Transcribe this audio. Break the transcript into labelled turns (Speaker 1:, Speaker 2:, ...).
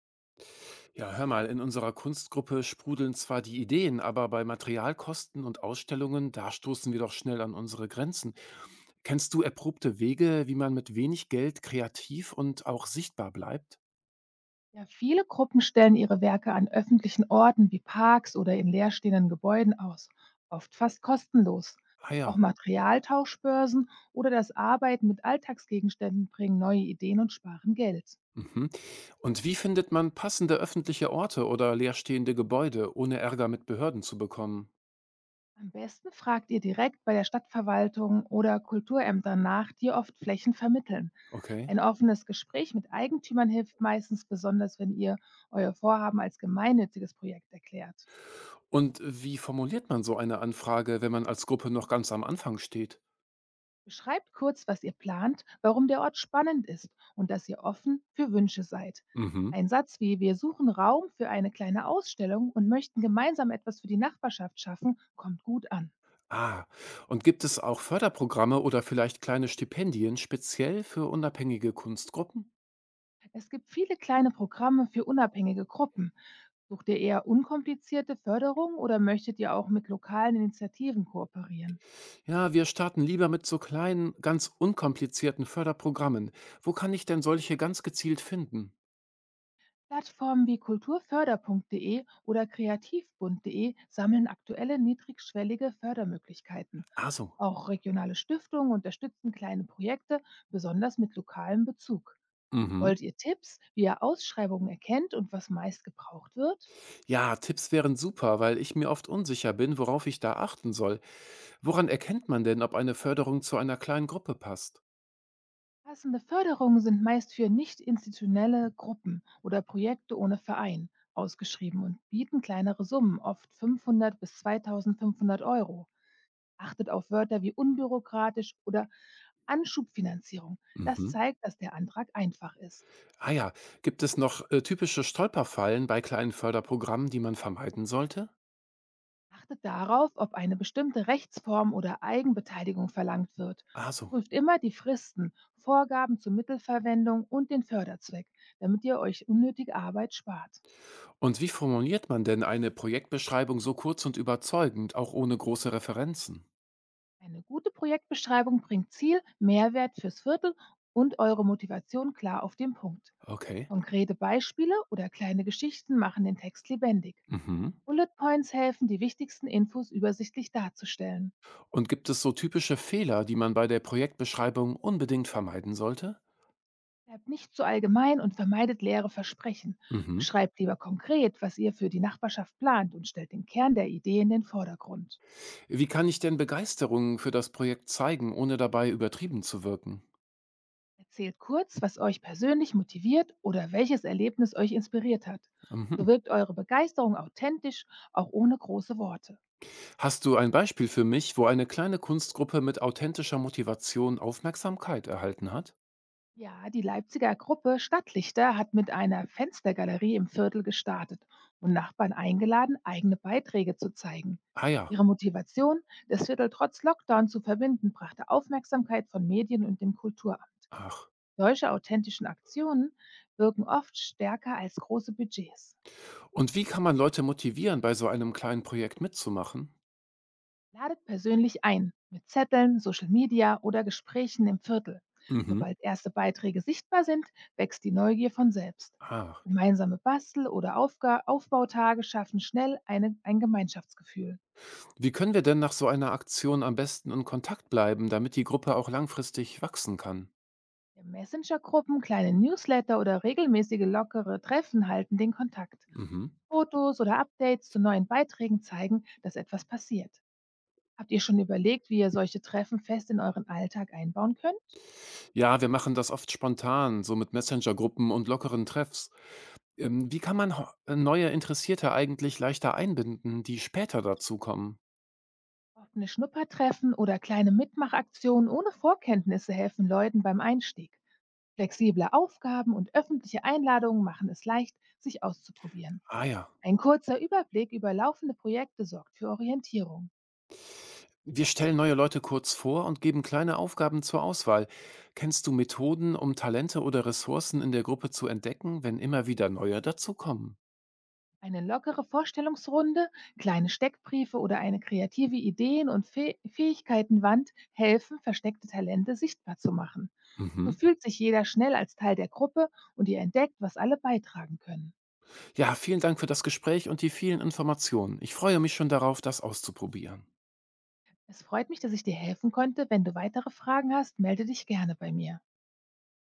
Speaker 1: Ja, hör mal, in unserer Kunstgruppe sprudeln zwar die Ideen, aber bei Materialkosten und Ausstellungen, da stoßen wir doch schnell an unsere Grenzen. Kennst du erprobte Wege, wie man mit wenig Geld kreativ und auch sichtbar bleibt?
Speaker 2: Ja, viele Gruppen stellen ihre Werke an öffentlichen Orten wie Parks oder in leerstehenden Gebäuden aus, oft fast kostenlos.
Speaker 1: Ah
Speaker 2: Auch
Speaker 1: ja.
Speaker 2: Materialtauschbörsen oder das Arbeiten mit Alltagsgegenständen bringen neue Ideen und sparen Geld.
Speaker 1: Mhm. Und wie findet man passende öffentliche Orte oder leerstehende Gebäude, ohne Ärger mit Behörden zu bekommen?
Speaker 2: Am besten fragt ihr direkt bei der Stadtverwaltung oder Kulturämtern nach, die oft Flächen vermitteln.
Speaker 1: Okay.
Speaker 2: Ein offenes Gespräch mit Eigentümern hilft meistens, besonders wenn ihr euer Vorhaben als gemeinnütziges Projekt erklärt.
Speaker 1: Und wie formuliert man so eine Anfrage, wenn man als Gruppe noch ganz am Anfang steht?
Speaker 2: Beschreibt kurz, was ihr plant, warum der Ort spannend ist und dass ihr offen für Wünsche seid.
Speaker 1: Mhm.
Speaker 2: Ein Satz wie "Wir suchen Raum für eine kleine Ausstellung und möchten gemeinsam etwas für die Nachbarschaft schaffen" kommt gut an.
Speaker 1: Ah, und gibt es auch Förderprogramme oder vielleicht kleine Stipendien speziell für unabhängige Kunstgruppen?
Speaker 2: Es gibt viele kleine Programme für unabhängige Gruppen. Sucht ihr eher unkomplizierte Förderung oder möchtet ihr auch mit lokalen Initiativen kooperieren?
Speaker 1: Ja, wir starten lieber mit so kleinen, ganz unkomplizierten Förderprogrammen. Wo kann ich denn solche ganz gezielt finden?
Speaker 2: Plattformen wie kulturförder.de oder kreativbund.de sammeln aktuelle niedrigschwellige Fördermöglichkeiten.
Speaker 1: Ah, so.
Speaker 2: Auch regionale Stiftungen unterstützen kleine Projekte, besonders mit lokalem Bezug.
Speaker 1: Mhm.
Speaker 2: Wollt ihr Tipps, wie ihr Ausschreibungen erkennt und was meist gebraucht wird?
Speaker 1: Ja, Tipps wären super, weil ich mir oft unsicher bin, worauf ich da achten soll. Woran erkennt man denn, ob eine Förderung zu einer kleinen Gruppe passt?
Speaker 2: Passende Förderungen sind meist für nicht institutionelle Gruppen oder Projekte ohne Verein ausgeschrieben und bieten kleinere Summen, oft 500 bis 2500 Euro. Achtet auf Wörter wie unbürokratisch oder Anschubfinanzierung. Das
Speaker 1: Mhm.
Speaker 2: zeigt, dass der Antrag einfach ist.
Speaker 1: Ah ja, gibt es noch typische Stolperfallen bei kleinen Förderprogrammen, die man vermeiden sollte?
Speaker 2: Achtet darauf, ob eine bestimmte Rechtsform oder Eigenbeteiligung verlangt wird.
Speaker 1: Ah, so.
Speaker 2: Prüft immer die Fristen, Vorgaben zur Mittelverwendung und den Förderzweck, damit ihr euch unnötige Arbeit spart.
Speaker 1: Und wie formuliert man denn eine Projektbeschreibung so kurz und überzeugend, auch ohne große Referenzen?
Speaker 2: Eine gute Projektbeschreibung bringt Ziel, Mehrwert fürs Viertel und eure Motivation klar auf den Punkt.
Speaker 1: Okay.
Speaker 2: Konkrete Beispiele oder kleine Geschichten machen den Text lebendig.
Speaker 1: Mhm.
Speaker 2: Bullet Points helfen, die wichtigsten Infos übersichtlich darzustellen.
Speaker 1: Und gibt es so typische Fehler, die man bei der Projektbeschreibung unbedingt vermeiden sollte?
Speaker 2: Bleibt nicht zu allgemein und vermeidet leere Versprechen.
Speaker 1: Mhm.
Speaker 2: Beschreibt lieber konkret, was ihr für die Nachbarschaft plant, und stellt den Kern der Idee in den Vordergrund.
Speaker 1: Wie kann ich denn Begeisterung für das Projekt zeigen, ohne dabei übertrieben zu wirken?
Speaker 2: Erzählt kurz, was euch persönlich motiviert oder welches Erlebnis euch inspiriert hat. So
Speaker 1: Mhm.
Speaker 2: wirkt eure Begeisterung authentisch, auch ohne große Worte.
Speaker 1: Hast du ein Beispiel für mich, wo eine kleine Kunstgruppe mit authentischer Motivation Aufmerksamkeit erhalten hat?
Speaker 2: Ja, die Leipziger Gruppe Stadtlichter hat mit einer Fenstergalerie im Viertel gestartet und Nachbarn eingeladen, eigene Beiträge zu zeigen.
Speaker 1: Ah ja.
Speaker 2: Ihre Motivation, das Viertel trotz Lockdown zu verbinden, brachte Aufmerksamkeit von Medien und dem Kulturamt.
Speaker 1: Ach.
Speaker 2: Solche authentischen Aktionen wirken oft stärker als große Budgets.
Speaker 1: Und wie kann man Leute motivieren, bei so einem kleinen Projekt mitzumachen?
Speaker 2: Ladet persönlich ein, mit Zetteln, Social Media oder Gesprächen im Viertel.
Speaker 1: Mhm.
Speaker 2: Sobald erste Beiträge sichtbar sind, wächst die Neugier von selbst.
Speaker 1: Ach.
Speaker 2: Gemeinsame Bastel- oder Aufga Aufbautage schaffen schnell ein Gemeinschaftsgefühl.
Speaker 1: Wie können wir denn nach so einer Aktion am besten in Kontakt bleiben, damit die Gruppe auch langfristig wachsen kann?
Speaker 2: Ja, Messenger-Gruppen, kleine Newsletter oder regelmäßige lockere Treffen halten den Kontakt.
Speaker 1: Mhm.
Speaker 2: Fotos oder Updates zu neuen Beiträgen zeigen, dass etwas passiert. Habt ihr schon überlegt, wie ihr solche Treffen fest in euren Alltag einbauen könnt?
Speaker 1: Ja, wir machen das oft spontan, so mit Messenger-Gruppen und lockeren Treffs. Wie kann man neue Interessierte eigentlich leichter einbinden, die später dazukommen?
Speaker 2: Offene Schnuppertreffen oder kleine Mitmachaktionen ohne Vorkenntnisse helfen Leuten beim Einstieg. Flexible Aufgaben und öffentliche Einladungen machen es leicht, sich auszuprobieren.
Speaker 1: Ah ja.
Speaker 2: Ein kurzer Überblick über laufende Projekte sorgt für Orientierung.
Speaker 1: Wir stellen neue Leute kurz vor und geben kleine Aufgaben zur Auswahl. Kennst du Methoden, um Talente oder Ressourcen in der Gruppe zu entdecken, wenn immer wieder neue dazukommen?
Speaker 2: Eine lockere Vorstellungsrunde, kleine Steckbriefe oder eine kreative Ideen- und Fähigkeitenwand helfen, versteckte Talente sichtbar zu machen.
Speaker 1: Mhm.
Speaker 2: So fühlt sich jeder schnell als Teil der Gruppe und ihr entdeckt, was alle beitragen können.
Speaker 1: Ja, vielen Dank für das Gespräch und die vielen Informationen. Ich freue mich schon darauf, das auszuprobieren.
Speaker 2: Es freut mich, dass ich dir helfen konnte. Wenn du weitere Fragen hast, melde dich gerne bei mir.